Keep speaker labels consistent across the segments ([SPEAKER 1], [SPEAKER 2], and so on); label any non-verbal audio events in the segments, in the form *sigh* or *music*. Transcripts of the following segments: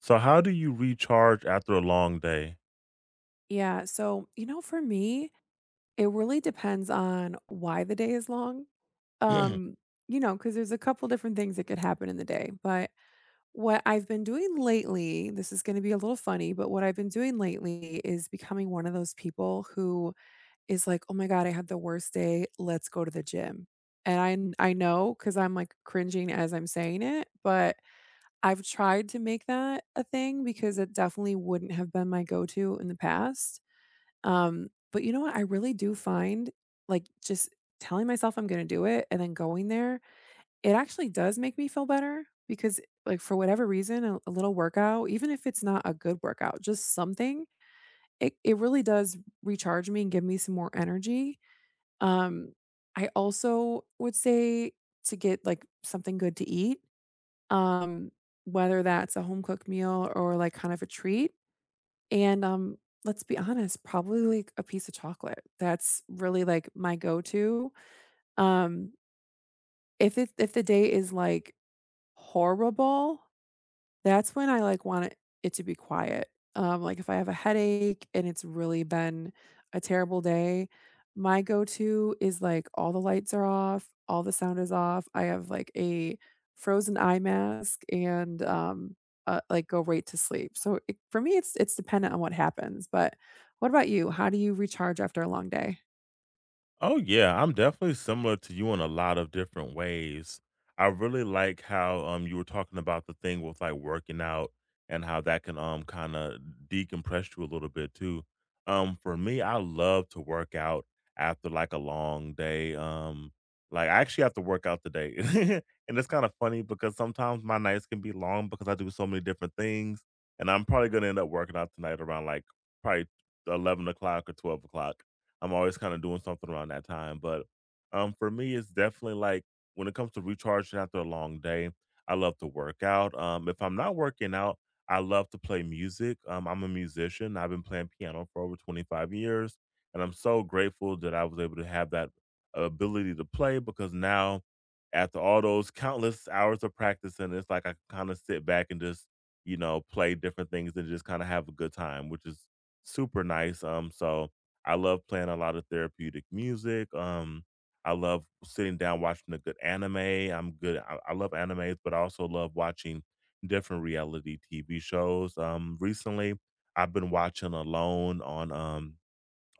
[SPEAKER 1] So how do you recharge after a long day?
[SPEAKER 2] Yeah. So, for me, it really depends on why the day is long. Um, because there's a couple different things that could happen in the day. But what I've been doing lately, this is going to be a little funny, but what I've been doing lately is becoming one of those people who is like, oh my God, I had the worst day. Let's go to the gym. And I know because I'm like cringing as I'm saying it, but I've tried to make that a thing because it definitely wouldn't have been my go to in the past but you know what? I really do find, like, just telling myself I'm gonna do it and then going there, it actually does make me feel better because, like, for whatever reason, a little workout, even if it's not a good workout, just something, it really does recharge me and give me some more energy. Um, I also would say to get like something good to eat, um, whether that's a home cooked meal or like kind of a treat and, let's be honest, probably, like, a piece of chocolate. That's really, like, my go-to. Um, if the day is, like, horrible, that's when I, like, want it to be quiet. Like, if I have a headache and it's really been a terrible day, my go-to is, like, all the lights are off, all the sound is off. I have, like, a frozen eye mask and, like, go right to sleep. So, it for me, it's dependent on what happens, but what about you? How do you recharge after a long day?
[SPEAKER 1] Oh yeah, I'm definitely similar to you in a lot of different ways. I really like how you were talking about the thing with like working out, and how that can kind of decompress you a little bit too. For me, I love to work out after like a long day. Like I actually have to work out today. *laughs* And it's kind of funny because sometimes my nights can be long because I do so many different things. And I'm probably gonna end up working out tonight around like probably 11 o'clock or 12 o'clock. I'm always kinda doing something around that time, but, for me, it's definitely, like, when it comes to recharging after a long day, I love to work out. If I'm not working out, I love to play music. I'm a musician, I've been playing piano for over 25 years, and I'm so grateful that I was able to have that ability to play because now, after all those countless hours of practicing, it's like I can kinda sit back and just, you know, play different things and just kinda have a good time, which is super nice. So I love playing a lot of therapeutic music. I love sitting down watching a good anime. I'm good. I love animes, but I also love watching different reality TV shows. Recently, I've been watching Alone on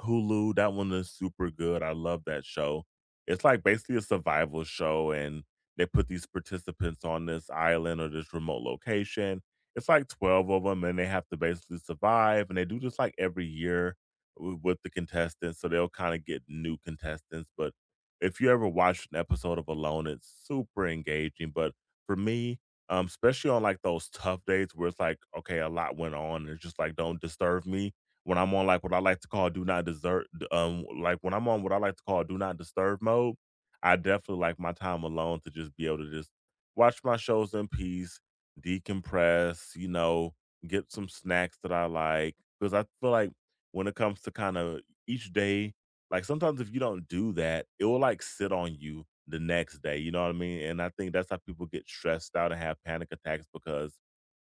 [SPEAKER 1] Hulu. That one is super good. I love that show. It's like basically a survival show, and they put these participants on this island or this remote location. It's like 12 of them, and they have to basically survive. And they do this like every year with the contestants. So they'll kind of get new contestants. But if you ever watched an episode of Alone, it's super engaging. But for me, especially on like those tough days where it's like, okay, a lot went on, and it's just like, don't disturb me when I'm on like what I like to call do not desert like when I'm on what I like to call do not disturb mode, I definitely like my time alone to just be able to just watch my shows in peace, decompress, you know, get some snacks that I like because I feel like when it comes to kind of each day, like sometimes if you don't do that, it will like sit on you the next day, you know what I mean? And I think that's how people get stressed out and have panic attacks because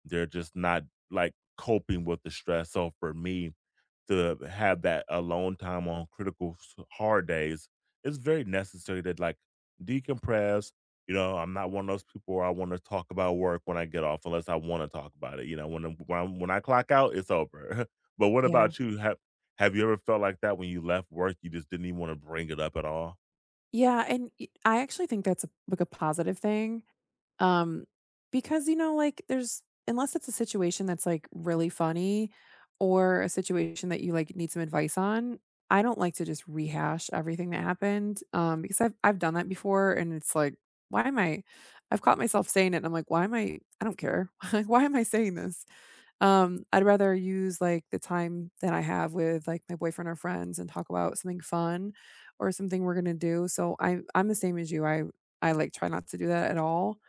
[SPEAKER 1] they're just not like coping with the stress. So for me, to have that alone time on critical s hard days, it's very necessary to, like, decompress. You know, I'm not one of those people where I wanna talk about work when I get off unless I wanna talk about it. You know, when I'm when I clock out, it's over. *laughs* But what
[SPEAKER 2] Yeah.
[SPEAKER 1] about you? Have you ever felt like that when you left work, you just didn't even wanna bring it up at all?
[SPEAKER 2] Yeah, and y I actually think that's a positive thing. Um, because, like, there's unless it's a situation that's, like, really funny or a situation that you, like, need some advice on, I don't like to just rehash everything that happened, because I've done that before, and it's like, "Why am I?" I've caught myself saying it, and I'm like, "Why am I? I don't care. *laughs* Like, why am I saying this?" I'd rather use, like, the time that I have with, like, my boyfriend or friends and talk about something fun or something we're gonna do, so I'm the same as you, I, like, try not to do that at all,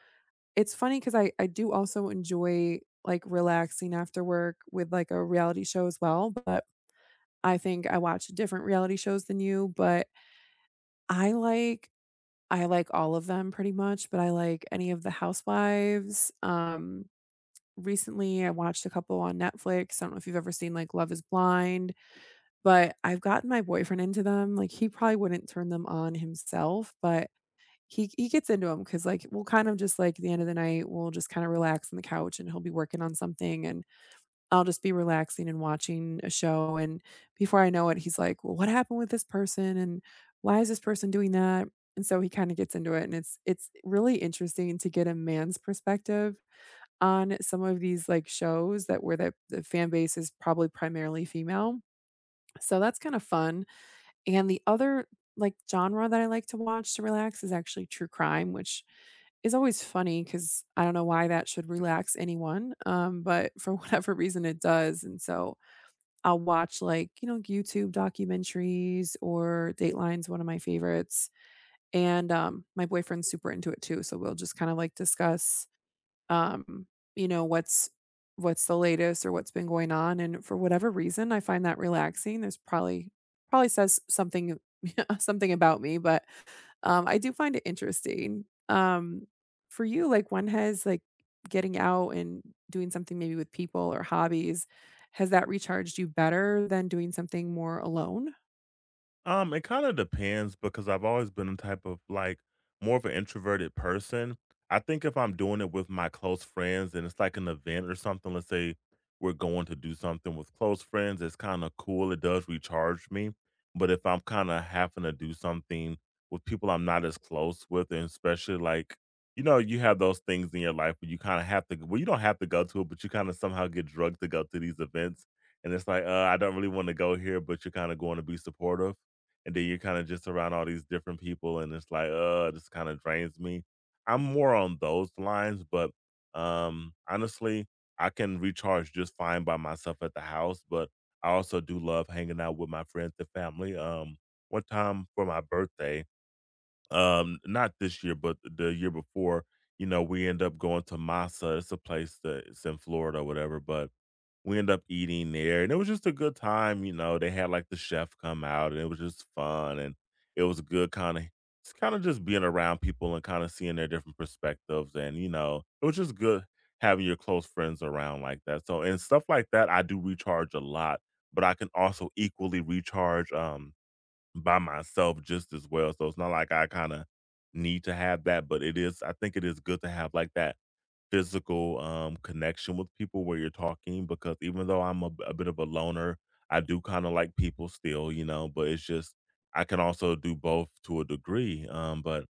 [SPEAKER 2] it's funny because I do also enjoy, like, relaxing after work with, like, a reality show as well, but I think I watch different reality shows than you, but I like I like all of them pretty much, but I like any of the housewives, recently I watched a couple on Netflix, I don't know if you've ever seen, like, Love Is Blind, but I've gotten my boyfriend into them, like, he probably wouldn't turn them on himself, but he gets into them because like, we'll kind of just, like, at the end of the night, we'll just kinda relax on the couch, and he'll be working on something, and I'll just be relaxing and watching a show, and before I know it, he's like, "Well, what happened with this person, and why is this person doing that?" And so he kinda gets into it, and it's really interesting to get a man's perspective on some of these, like, shows that where the fan base is probably primarily female, so that's kinda fun, and the other, like, genre that I like to watch to relax is actually true crime, which is always funny because I don't know why that should relax anyone, but for *laughs* whatever reason it does, and so I'll watch, like, you know, YouTube documentaries or Dateline's one of my favorites, and, my boyfriend's super into it too, so we'll just kinda, like, discuss, um, you know, what's what's the latest or what's been going on, and for whatever reason, I find that relaxing. There's probably says something *laughs* something about me, but I do find it interesting. For you, like, when has, like, getting out and doing something maybe with people or hobbies, has that recharged you better than doing something more alone?
[SPEAKER 1] It kinda depends because I've always been a type of, like, more of an introverted person. I think if I'm doing it with my close friends and it's like an event or something, let's say we're going to do something with close friends, it's kinda cool, it does recharge me, but if I'm kinda having to do something with people I'm not as close with, and especially, like, you know, you have those things in your life where you kinda have to, well, you don't have to go to it, but you kinda somehow get drugged to go to these events, and it's like, I don't really wanna go here," but you're kinda going to be supportive and then you're kinda just around all these different people, and it's like, this kinda drains me. I'm more on those lines, but, honestly, I can recharge just fine by myself at the house, but I also do love hanging out with my friends and family. One time for my birthday, not this year, but the year before, you know, we end up going to Massa. It's a place that it's in Florida, or whatever, but we ended up eating there, and it was just a good time. You know, they had, like, the chef come out, and it was just fun, and it was good kinda it's kinda just being around people and kinda seeing their different perspectives, and, you know, it was just good having your close friends around like that, so and stuff like that, I do recharge a lot, but I can also equally recharge, by myself just as well, so it's not like I kinda need to have that, but it is, I think it is good to have, like, that physical, connection with people where you're talking because even though I'm a bit of a loner, I do kinda like people still, you know, but it's just I can also do both to a degree. But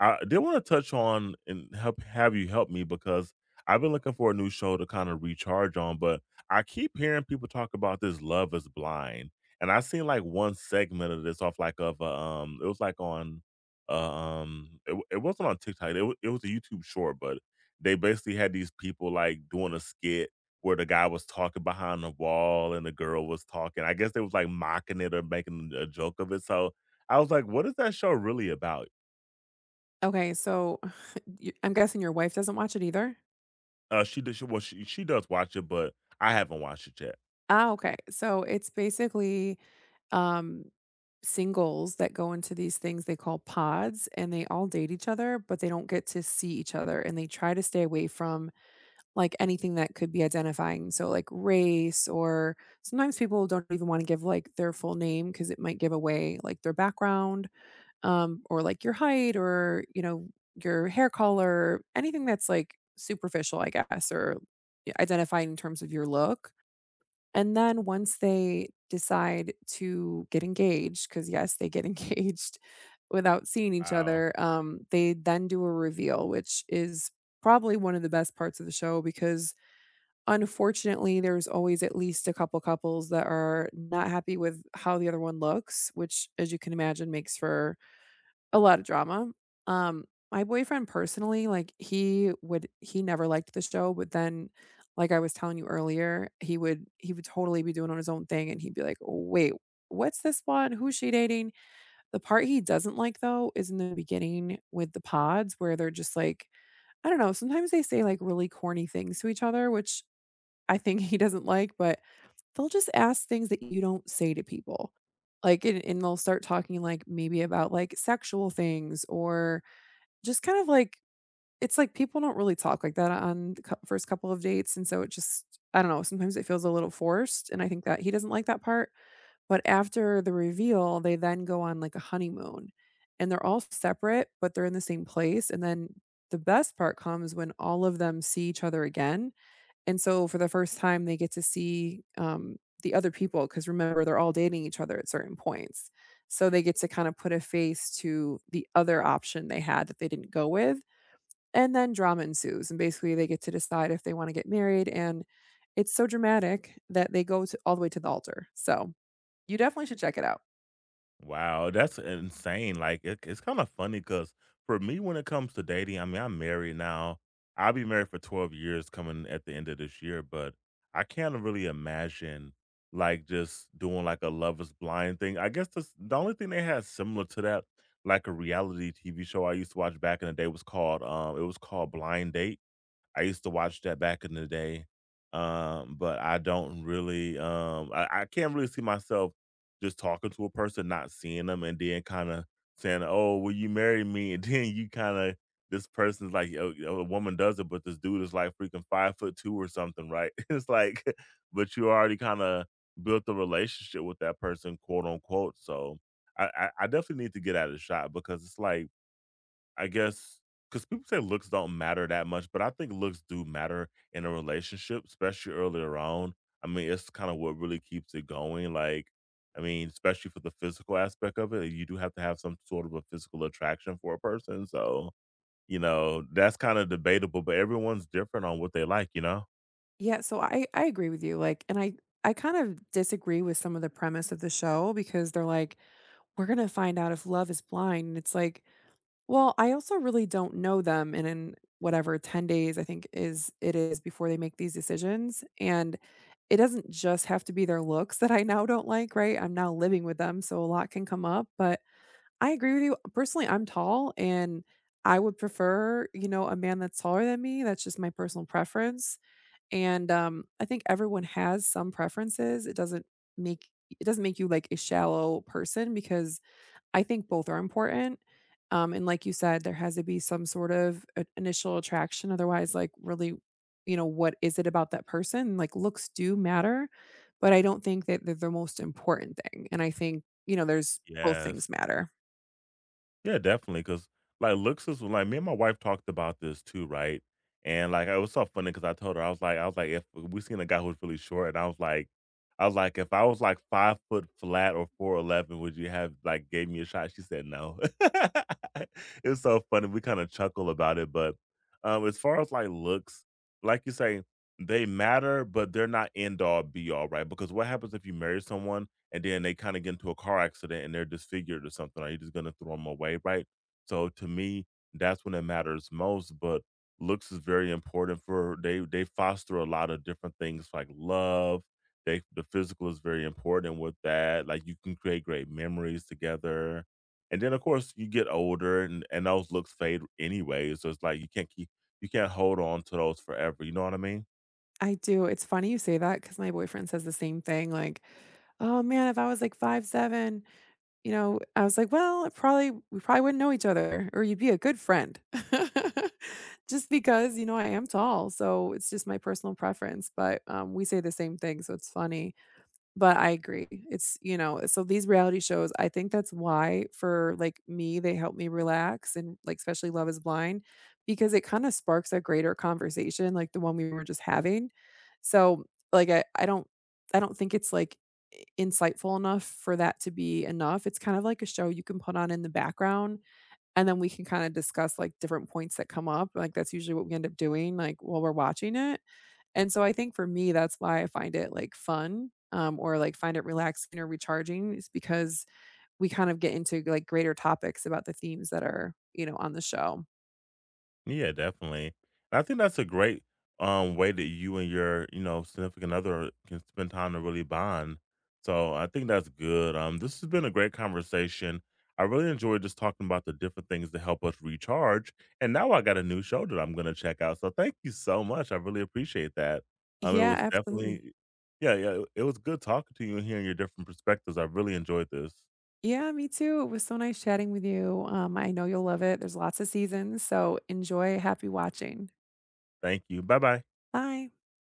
[SPEAKER 1] I did wanna touch on and help, have you help me, because I've been looking for a new show to kinda recharge on, but I keep hearing people talk about this Love Is Blind, and I seen, like, one segment of this off, like, of a, it was, like, on, it wasn't on TikTok, it was a YouTube short, but they basically had these people, like, doing a skit where the guy was talking behind the wall and the girl was talking. I guess they was, like, mocking it or making a joke of it, so I was like, "What is that show really about?"
[SPEAKER 2] Okay, so *laughs* I'm guessing your wife doesn't watch it either?
[SPEAKER 1] She, well, she does watch it, but I haven't watched it yet.
[SPEAKER 2] Ah, okay. So, it's basically, um singles that go into these things they call pods and they all date each other, but they don't get to see each other and they try to stay away from like anything that could be identifying. So like race or sometimes people don't even want to give like their full name because it might give away like their background or like your height or your hair color, anything that's like superficial, I guess, or yeah, identifying in terms of your look. And then once they decide to get engaged, because yes, they get *laughs* engaged without seeing each
[SPEAKER 1] Wow.
[SPEAKER 2] other, they then do a reveal, which is probably one of the best parts of the show because unfortunately, there's always at least a couple couples that are not happy with how the other one looks, which, as you can imagine, makes for a lot of drama. Um, my boyfriend personally, like, he never liked the show, but then, like I was telling you earlier, he would totally be doing on his own thing, and he'd be like, "Wait, what's this one? Who's she dating?" The part he doesn't like, though, is in the beginning with the pods where they're just like I don't know, sometimes they say, like, really corny things to each other, which I think *laughs* he doesn't like, but they'll just ask things that you don't say to people. Like, and they'll start talking, like, maybe about, like, sexual things or just kind of like it's like people don't really talk like that on the cou first couple of dates, and so it just I don't know, sometimes it feels a little forced, and I think that he doesn't like that part, but after the reveal, they then go on, like, a honeymoon, and they're all separate, but they're in the same place, and then the best part comes when all of them see each other again, and so for the first time, they get to see, the other people because remember, they're all dating each other at certain points, so they get to kind of put a face to the other option they had that they didn't go with, and then drama ensues, and basically they get to decide if they wanna get married, and it's so dramatic that they go to all the way to the altar, so you definitely should check it out.
[SPEAKER 1] Wow, that's insane. Like it, it's kind of funny because for me, when it comes to dating, I mean, I'm married now. I'll be married for 12 years coming at the end of this year, but I can't really imagine like just doing like a lovers blind thing. I guess this, the only thing they had similar to that, like a reality TV show I used to watch back in the day was called it was called Blind Date. I used to watch that back in the day, but I don't really, I can't really see myself just talking to a person, not seeing them, and then kind of saying, "Oh, will you marry me?" *laughs* And then you kind of this person's like, "Yo, yo, a woman does it," but this dude is like freaking 5'2" or something, right? *laughs* It's like, *laughs* but you already kind of built a relationship with that person, quote unquote. So I definitely need to get out of the shot because it's like, I guess, cause people say looks don't matter that much, but I think looks do matter in a relationship, especially earlier on. I mean, it's kinda what really keeps it going, like, I mean, especially for the physical aspect of it, you do have to have some sort of a physical attraction for a person, so, you know, that's kinda debatable, but everyone's different on what they like, you know?
[SPEAKER 2] Yeah, so I agree with you, like and I kind of disagree with some of the premise of the show because they're like, "We're gonna find out if love is blind," and it's like, well, I also really don't know them, and in whatever 10 days I think is it is before they make these decisions, and it doesn't just have to be their looks that I now don't like, right? I'm now living with them, so a lot can come up, but I agree with you. Personally, I'm tall and I would prefer, you know, a man that's taller than me. That's just my personal preference, and, I think everyone has some preferences. It doesn't make you like a shallow person because I think both are important, and like you said, there has to be some sort of I initial attraction, otherwise, like, really, you know, what is it about that person? Like, looks do matter, but I don't think that they're the most important thing, and I think, you know, there's both things
[SPEAKER 1] Yes.
[SPEAKER 2] matter.
[SPEAKER 1] Yeah, definitely. Cause, like, looks is like, me and my wife talked about this too, right? And, like, it was so funny because I told her, I was like, "If we seen a guy who's really short," and I was like, "If I was, like, 5-foot flat or 4'11", would you have, like, gave me a shot?" She said, "No." *laughs* It was so funny, we kinda chuckle about it, but, as far as, like, looks, like you say, they matter, but they're not end all, be all, right? Because what happens if you marry someone and then they kind of get into a car accident and they're disfigured or something? Are you just going to throw them away, right? So to me, that's when it matters most. But looks is very important for they foster a lot of different things like love. The physical is very important with that. Like you can create great memories together. And then of course you get older, and those looks fade anyway. So it's like you can't keep you can't hold on to those forever. You know what I mean?
[SPEAKER 2] I do, it's funny you say that because my boyfriend says the same thing, like, "Oh, man, if I was, like, 5'7". You know, I was like, "Well, it probably we probably wouldn't know each other, or you'd be a good friend." *laughs* Just because, you know, I am tall, so it's just my personal preference, but, we say the same thing, so it's funny. But I agree. So these reality shows, I think that's why for, like, me, they help me relax and, like, especially Love Is Blind because it kinda sparks a greater conversation like the one we were just having. So, like, I don't think it's, like, I insightful enough for that to be enough. It's kind of like a show you can put on in the background, and then we can kinda discuss, like, different points that come up, like, that's usually what we end up doing, like, while we're watching it. And so I think for me, that's why I find it, like, fun, or, like, find it relaxing or recharging is because we kind of get into, like, greater topics about the themes that are, you know, on the show.
[SPEAKER 1] Yeah, definitely. And I think that's a great way that you and your, you know, significant other can spend time to really bond. So I think that's good. This has been a great conversation. I really enjoyed just talking about the different things that help us recharge. And now I got a new show that I'm gonna check out. So thank you so much. I really appreciate that. It
[SPEAKER 2] Yeah,
[SPEAKER 1] was
[SPEAKER 2] absolutely.
[SPEAKER 1] definitely, yeah, yeah. It was good talking to you and hearing your different perspectives. I really enjoyed this.
[SPEAKER 2] Yeah, me too. It was so nice chatting with you. I know you'll love it. There's lots of seasons, so enjoy. Happy watching.
[SPEAKER 1] Thank you. Bye bye.
[SPEAKER 2] Bye.